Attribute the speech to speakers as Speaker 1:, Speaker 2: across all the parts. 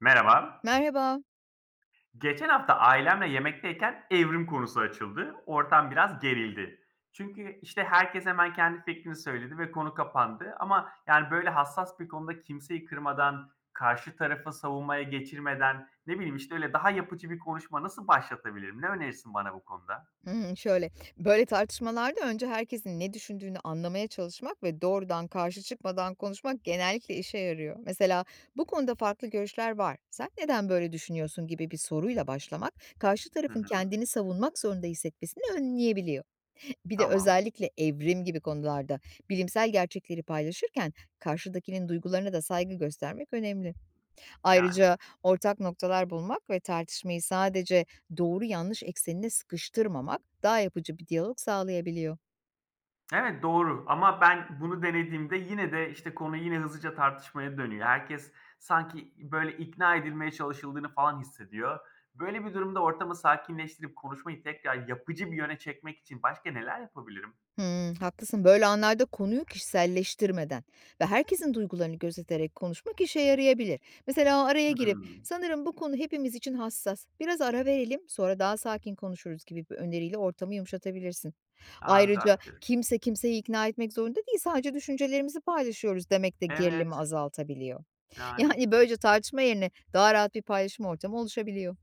Speaker 1: Merhaba.
Speaker 2: Merhaba.
Speaker 1: Geçen hafta ailemle yemekteyken evrim konusu açıldı. Ortam biraz gerildi. Çünkü işte herkes hemen kendi fikrini söyledi ve konu kapandı. Ama yani böyle hassas bir konuda kimseyi kırmadan, karşı tarafı savunmaya geçirmeden, ne bileyim işte öyle daha yapıcı bir konuşma nasıl başlatabilirim? Ne önerirsin bana bu konuda?
Speaker 2: Şöyle, böyle tartışmalarda önce herkesin ne düşündüğünü anlamaya çalışmak ve doğrudan karşı çıkmadan konuşmak genellikle işe yarıyor. Mesela, "Bu konuda farklı görüşler var. Sen neden böyle düşünüyorsun?" gibi bir soruyla başlamak, karşı
Speaker 1: Hı
Speaker 2: tarafın
Speaker 1: hı.
Speaker 2: kendini savunmak zorunda hissetmesini önleyebiliyor. Bir de
Speaker 1: Tamam.
Speaker 2: özellikle evrim gibi konularda bilimsel gerçekleri paylaşırken karşıdakinin duygularına da saygı göstermek önemli.
Speaker 1: Yani.
Speaker 2: Ayrıca ortak noktalar bulmak ve tartışmayı sadece doğru yanlış eksenine sıkıştırmamak daha yapıcı bir diyalog sağlayabiliyor.
Speaker 1: Evet, doğru ama ben bunu denediğimde yine de, işte, konu yine hızlıca tartışmaya dönüyor. Herkes sanki, böyle, ikna edilmeye çalışıldığını falan hissediyor. Böyle bir durumda ortamı sakinleştirip konuşmayı tekrar yapıcı bir yöne çekmek için başka neler yapabilirim?
Speaker 2: Haklısın. Böyle anlarda konuyu kişiselleştirmeden ve herkesin duygularını gözeterek konuşmak işe yarayabilir. Mesela araya girip
Speaker 1: Hımm.
Speaker 2: sanırım bu konu hepimiz için hassas. Biraz ara verelim, sonra daha sakin konuşuruz gibi bir öneriyle ortamı yumuşatabilirsin.
Speaker 1: A, güzel
Speaker 2: Ayrıca
Speaker 1: fikir.
Speaker 2: kimse kimseyi ikna etmek zorunda değil, sadece düşüncelerimizi paylaşıyoruz demek de
Speaker 1: Evet,
Speaker 2: gerilimi azaltabiliyor.
Speaker 1: yani,
Speaker 2: Yani, böylece tartışma yerine daha rahat bir paylaşım ortamı oluşabiliyor.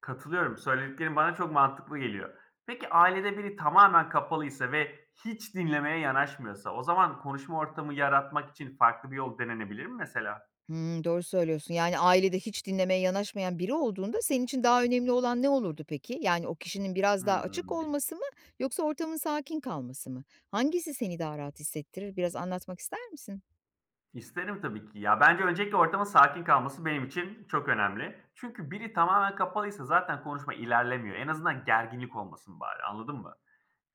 Speaker 1: katılıyorum. Söylediklerin bana çok mantıklı geliyor. Peki ailede biri tamamen kapalıysa ve hiç dinlemeye yanaşmıyorsa o zaman konuşma ortamı yaratmak için farklı bir yol denenebilir mi mesela?
Speaker 2: Doğru söylüyorsun. Yani, ailede hiç dinlemeye yanaşmayan biri olduğunda senin için daha önemli olan ne olurdu peki? Yani, o kişinin biraz daha açık
Speaker 1: Hımm.
Speaker 2: olması mı yoksa ortamın sakin kalması mı? Hangisi seni daha rahat hissettirir? Biraz anlatmak ister misin?
Speaker 1: İsterim tabii ki ya. Bence öncelikle ortamın sakin kalması benim için çok önemli. Çünkü biri tamamen kapalıysa zaten konuşma ilerlemiyor. En azından gerginlik olmasın bari, anladın mı?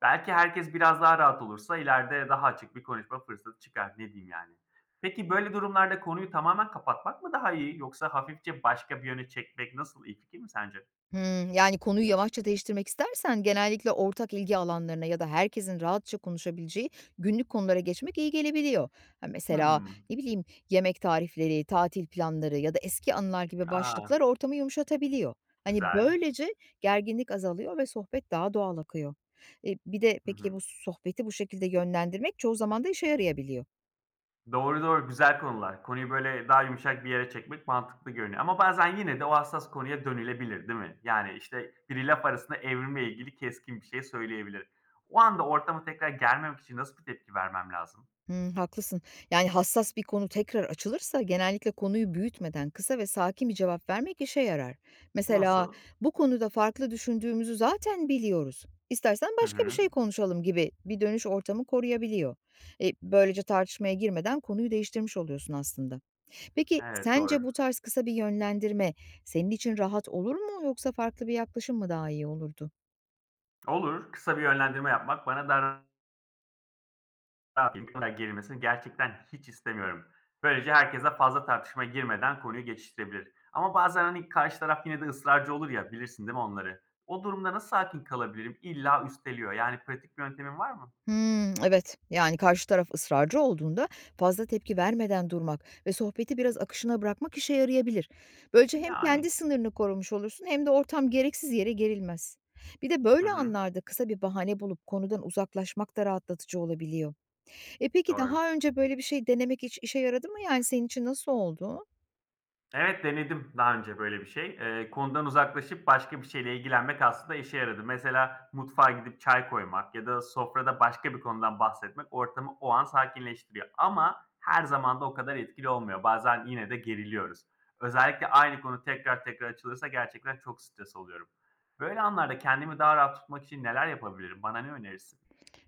Speaker 1: Belki herkes biraz daha rahat olursa ileride daha açık bir konuşma fırsatı çıkar, ne diyeyim yani. Peki böyle durumlarda konuyu tamamen kapatmak mı daha iyi yoksa hafifçe başka bir yöne çekmek nasıl iyi fikir mi sence?
Speaker 2: Hımm. Yani, konuyu yavaşça değiştirmek istersen genellikle ortak ilgi alanlarına ya da herkesin rahatça konuşabileceği günlük konulara geçmek iyi gelebiliyor. Ha, mesela,
Speaker 1: Hmm.
Speaker 2: ne bileyim, yemek tarifleri, tatil planları ya da eski anılar gibi başlıklar
Speaker 1: A,
Speaker 2: ortamı yumuşatabiliyor. Hani,
Speaker 1: güzel.
Speaker 2: böylece gerginlik azalıyor ve sohbet daha doğal akıyor. Bir de
Speaker 1: Hı
Speaker 2: peki bu
Speaker 1: hı.
Speaker 2: sohbeti bu şekilde yönlendirmek çoğu zaman da işe yarayabiliyor.
Speaker 1: Doğru, doğru. Güzel konular. Konuyu böyle daha yumuşak bir yere çekmek mantıklı görünüyor ama bazen yine de o hassas konuya dönülebilir, değil mi? Yani, işte, biri laf arasında evrimle ilgili keskin bir şey söyleyebilir. O anda ortama tekrar gelmemek için nasıl bir tepki vermem lazım?
Speaker 2: Haklısın. Yani, hassas bir konu tekrar açılırsa genellikle konuyu büyütmeden kısa ve sakin bir cevap vermek işe yarar. Mesela,
Speaker 1: Nasıl?
Speaker 2: "Bu konuda farklı düşündüğümüzü zaten biliyoruz. İstersen
Speaker 1: Hı
Speaker 2: başka bir şey
Speaker 1: hı.
Speaker 2: konuşalım." gibi bir dönüş ortamı koruyabiliyor. Böylece tartışmaya girmeden konuyu değiştirmiş oluyorsun aslında. Peki,
Speaker 1: Evet,
Speaker 2: sence
Speaker 1: doğru.
Speaker 2: bu tarz kısa bir yönlendirme senin için rahat olur mu yoksa farklı bir yaklaşım mı daha iyi olurdu?
Speaker 1: Olur. Kısa bir yönlendirme yapmak bana daha. Ne yapayım? Bu kadar gerilmesini gerçekten hiç istemiyorum. Böylece herkese fazla tartışmaya girmeden konuyu geçiştirebilir. Ama bazen hani karşı taraf yine de ısrarcı olur ya bilirsin değil mi onları? O durumda nasıl sakin kalabilirim? İlla üsteliyor. Yani pratik bir yöntemin var mı?
Speaker 2: Hımm, evet. Yani karşı taraf ısrarcı olduğunda fazla tepki vermeden durmak ve sohbeti biraz akışına bırakmak işe yarayabilir. Böylece hem
Speaker 1: Yani.
Speaker 2: kendi sınırını korumuş olursun hem de ortam gereksiz yere gerilmez. Bir de
Speaker 1: Hı
Speaker 2: böyle
Speaker 1: hı.
Speaker 2: anlarda kısa bir bahane bulup konudan uzaklaşmak da rahatlatıcı olabiliyor. Peki
Speaker 1: Doğru.
Speaker 2: daha önce böyle bir şey denemek hiç işe yaradı mı? Yani senin için nasıl oldu?
Speaker 1: Evet, denedim daha önce böyle bir şey. Konudan uzaklaşıp başka bir şeyle ilgilenmek aslında işe yaradı. Mesela mutfağa gidip çay koymak ya da sofrada başka bir konudan bahsetmek ortamı o an sakinleştiriyor. Ama her zaman da o kadar etkili olmuyor. Bazen yine de geriliyoruz. Özellikle aynı konu tekrar tekrar açılırsa gerçekten çok stres oluyorum. Böyle anlarda kendimi daha rahat tutmak için neler yapabilirim? Bana ne önerirsin?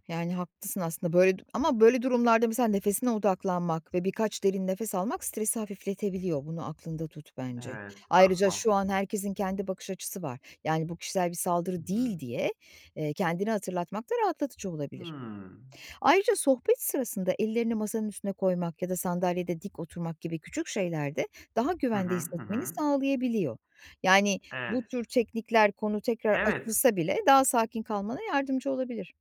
Speaker 2: Yani, haklısın aslında böyle ama böyle durumlarda mesela nefesine odaklanmak ve birkaç derin nefes almak stresi hafifletebiliyor. Bunu aklında tut bence.
Speaker 1: Evet, tamam,
Speaker 2: Ayrıca şu an
Speaker 1: tamam.
Speaker 2: herkesin kendi bakış açısı var. Yani, bu kişisel bir
Speaker 1: Hı
Speaker 2: saldırı
Speaker 1: hı.
Speaker 2: değil diye, kendine hatırlatmak da rahatlatıcı olabilir.
Speaker 1: Hımm.
Speaker 2: Ayrıca sohbet sırasında ellerini masanın üstüne koymak ya da sandalyede dik oturmak gibi küçük şeyler de daha
Speaker 1: Hı hı,
Speaker 2: güvende
Speaker 1: hı
Speaker 2: hissetmeni
Speaker 1: hı.
Speaker 2: sağlayabiliyor. Yani, bu tür
Speaker 1: Evet.
Speaker 2: teknikler konu tekrar
Speaker 1: Evet.
Speaker 2: açılsa bile daha sakin kalmana yardımcı olabilir.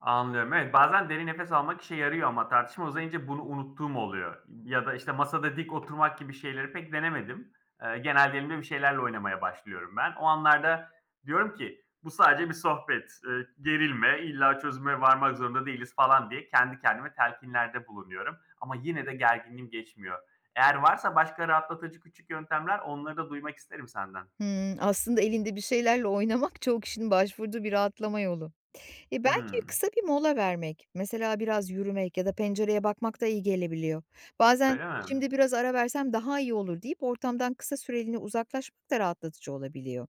Speaker 1: Anlıyorum. Evet, bazen derin nefes almak işe yarıyor ama tartışma uzayınca bunu unuttuğum oluyor ya da, işte, masada dik oturmak gibi şeyleri pek denemedim. Genelde elimde bir şeylerle oynamaya başlıyorum ben. O anlarda diyorum ki, "Bu sadece bir sohbet, gerilme, illa çözüme varmak zorunda değiliz." falan diye kendi kendime telkinlerde bulunuyorum ama yine de gerginliğim geçmiyor. Eğer varsa başka rahatlatıcı küçük yöntemler, onları da duymak isterim senden.
Speaker 2: Aslında elinde bir şeylerle oynamak çoğu kişinin başvurduğu bir rahatlama yolu. Belki
Speaker 1: Hımm.
Speaker 2: kısa bir mola vermek, mesela biraz yürümek ya da pencereye bakmak da iyi gelebiliyor. Bazen
Speaker 1: Öyle mi?
Speaker 2: "Şimdi biraz ara versem daha iyi olur." deyip ortamdan kısa süreliğine uzaklaşmak da rahatlatıcı olabiliyor.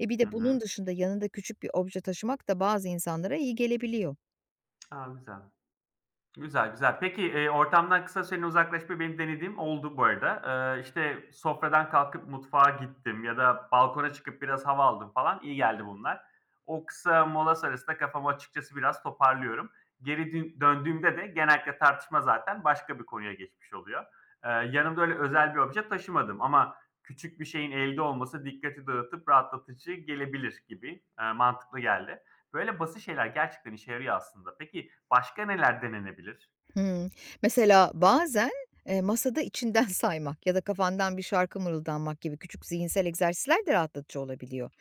Speaker 2: Bir
Speaker 1: Hı
Speaker 2: de
Speaker 1: hı.
Speaker 2: bunun dışında yanında küçük bir obje taşımak da bazı insanlara iyi gelebiliyor.
Speaker 1: A, güzel. Güzel, güzel. Peki, ortamdan kısa süreliğine uzaklaşmayı benim denediğim oldu bu arada. İşte, sofradan kalkıp mutfağa gittim ya da balkona çıkıp biraz hava aldım falan. İyi geldi bunlar. O kısa mola sonrasında kafamı açıkçası biraz toparlıyorum. Geri dün döndüğümde de genellikle tartışma zaten başka bir konuya geçmiş oluyor. Yanımda öyle özel bir obje taşımadım ama küçük bir şeyin elde olması dikkati dağıtıp rahatlatıcı gelebilir gibi, mantıklı geldi. Böyle basit şeyler gerçekten işe yarıyor aslında. Peki başka neler denenebilir?
Speaker 2: Hımm. Mesela bazen, masada içinden saymak ya da kafandan bir şarkı mırıldanmak gibi küçük zihinsel egzersizler de rahatlatıcı olabiliyor.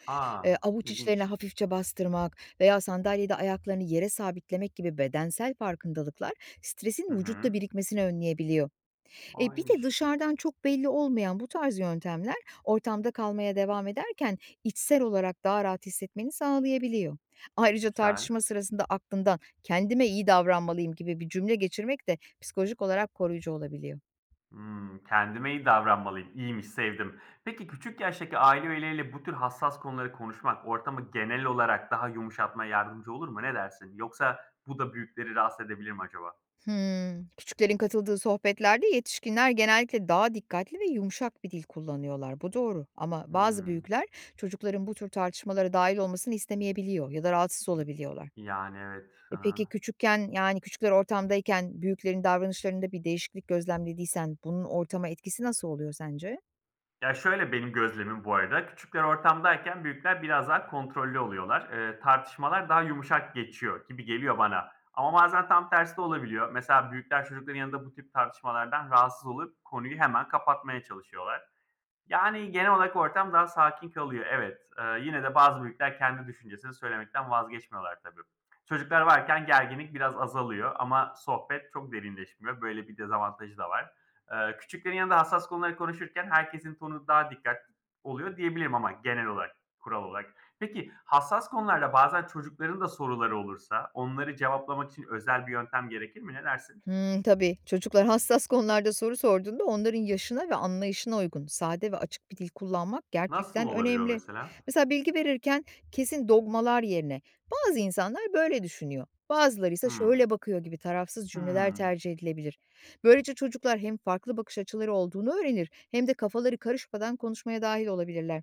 Speaker 2: Eee,
Speaker 1: Aa,
Speaker 2: avuç içlerine
Speaker 1: ilginç.
Speaker 2: hafifçe bastırmak veya sandalyede ayaklarını yere sabitlemek gibi bedensel farkındalıklar
Speaker 1: Hı
Speaker 2: stresin vücutta
Speaker 1: hı.
Speaker 2: birikmesini önleyebiliyor.
Speaker 1: A,
Speaker 2: Bir de dışarıdan çok belli olmayan bu tarz yöntemler ortamda kalmaya devam ederken içsel olarak daha rahat hissetmeni sağlayabiliyor. Ayrıca
Speaker 1: güzel.
Speaker 2: tartışma sırasında aklından kendime iyi davranmalıyım gibi bir cümle geçirmek de psikolojik olarak koruyucu olabiliyor.
Speaker 1: Kendime iyi davranmalıyım. İyiymiş, sevdim. Peki küçük yaştaki aile üyeleriyle bu tür hassas konuları konuşmak ortamı genel olarak daha yumuşatmaya yardımcı olur mu? Ne dersin? Yoksa bu da büyükleri rahatsız edebilir mi acaba?
Speaker 2: Hımm. Küçüklerin katıldığı sohbetlerde yetişkinler genellikle daha dikkatli ve yumuşak bir dil kullanıyorlar. Bu doğru ama bazı
Speaker 1: Hımm.
Speaker 2: büyükler çocukların bu tür tartışmalara dahil olmasını istemeyebiliyor ya da rahatsız olabiliyorlar.
Speaker 1: Yani evet.
Speaker 2: E,
Speaker 1: Hı.
Speaker 2: peki küçükken, yani, küçükler ortamdayken büyüklerin davranışlarında bir değişiklik gözlemlediysen bunun ortama etkisi nasıl oluyor sence?
Speaker 1: Ya, şöyle benim gözlemim bu arada, küçükler ortamdayken büyükler biraz daha kontrollü oluyorlar. Tartışmalar daha yumuşak geçiyor gibi geliyor bana ama bazen tam tersi de olabiliyor. Mesela büyükler çocukların yanında bu tip tartışmalardan rahatsız olup konuyu hemen kapatmaya çalışıyorlar. Yani, genel olarak ortam daha sakin kalıyor, evet. Yine de bazı büyükler kendi düşüncesini söylemekten vazgeçmiyorlar tabii. Çocuklar varken gerginlik biraz azalıyor ama sohbet çok derinleşmiyor. Böyle bir dezavantajı da var. Küçüklerin yanında hassas konuları konuşurken herkesin tonu daha dikkatli oluyor diyebilirim ama genel olarak, kural olarak. Peki, hassas konularda bazen çocukların da soruları olursa onları cevaplamak için özel bir yöntem gerekir mi? Ne dersin?
Speaker 2: Hımm, tabii. Çocuklar hassas konularda soru sorduğunda onların yaşına ve anlayışına uygun, sade ve açık bir dil kullanmak
Speaker 1: Nasıl
Speaker 2: gerçekten
Speaker 1: olabilir o
Speaker 2: önemli.
Speaker 1: mesela?
Speaker 2: Mesela bilgi verirken kesin dogmalar yerine "Bazı insanlar böyle düşünüyor, bazıları ise
Speaker 1: Hımm.
Speaker 2: şöyle bakıyor." gibi tarafsız cümleler
Speaker 1: Hımm.
Speaker 2: tercih edilebilir. Böylece çocuklar hem farklı bakış açıları olduğunu öğrenir hem de kafaları karışmadan konuşmaya dahil olabilirler.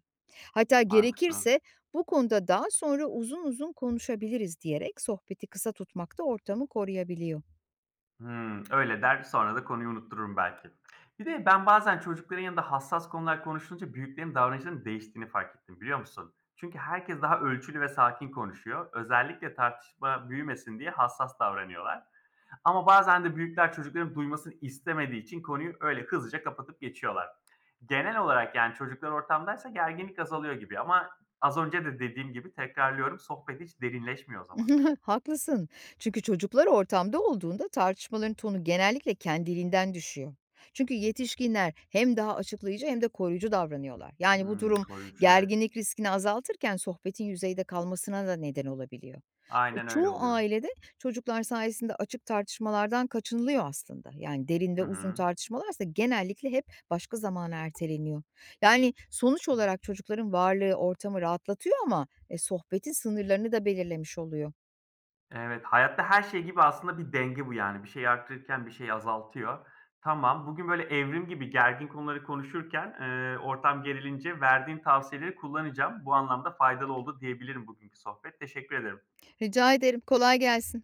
Speaker 2: Hatta
Speaker 1: Mantıklı.
Speaker 2: gerekirse "Bu konuda daha sonra uzun uzun konuşabiliriz." diyerek sohbeti kısa tutmak da ortamı koruyabiliyor.
Speaker 1: Öyle der, sonra da konuyu unuttururum belki. Bir de ben bazen çocukların yanında hassas konular konuşulunca büyüklerin davranışlarının değiştiğini fark ettim, biliyor musun? Çünkü herkes daha ölçülü ve sakin konuşuyor. Özellikle tartışma büyümesin diye hassas davranıyorlar. Ama bazen de büyükler çocukların duymasını istemediği için konuyu öyle hızlıca kapatıp geçiyorlar. Genel olarak yani çocuklar ortamdaysa gerginlik azalıyor gibi ama az önce de dediğim gibi tekrarlıyorum, sohbet hiç derinleşmiyor o zaman.
Speaker 2: Haklısın. Çünkü çocuklar ortamda olduğunda tartışmaların tonu genellikle kendiliğinden düşüyor. Çünkü yetişkinler hem daha açıklayıcı hem de koruyucu davranıyorlar. Yani bu
Speaker 1: Hımm,
Speaker 2: durum
Speaker 1: koruyucu, evet.
Speaker 2: gerginlik riskini azaltırken sohbetin yüzeyde kalmasına da neden olabiliyor. E,
Speaker 1: Aynen öyle
Speaker 2: çoğu
Speaker 1: oluyor.
Speaker 2: ailede çocuklar sayesinde açık tartışmalardan kaçınılıyor aslında. Yani derin
Speaker 1: Hı
Speaker 2: ve uzun
Speaker 1: hı.
Speaker 2: tartışmalarsa genellikle hep başka zamana erteleniyor. Yani sonuç
Speaker 1: Hı.
Speaker 2: olarak çocukların varlığı ortamı rahatlatıyor ama sohbetin sınırlarını da belirlemiş oluyor.
Speaker 1: Evet, hayatta her şey gibi aslında bir denge bu yani. Bir şeyi arttırırken bir şeyi azaltıyor. Tamam, bugün böyle evrim gibi gergin konuları konuşurken, ortam gerilince verdiğin tavsiyeleri kullanacağım. Bu anlamda faydalı oldu diyebilirim bugünkü sohbet. Teşekkür ederim.
Speaker 2: Rica ederim. Kolay gelsin.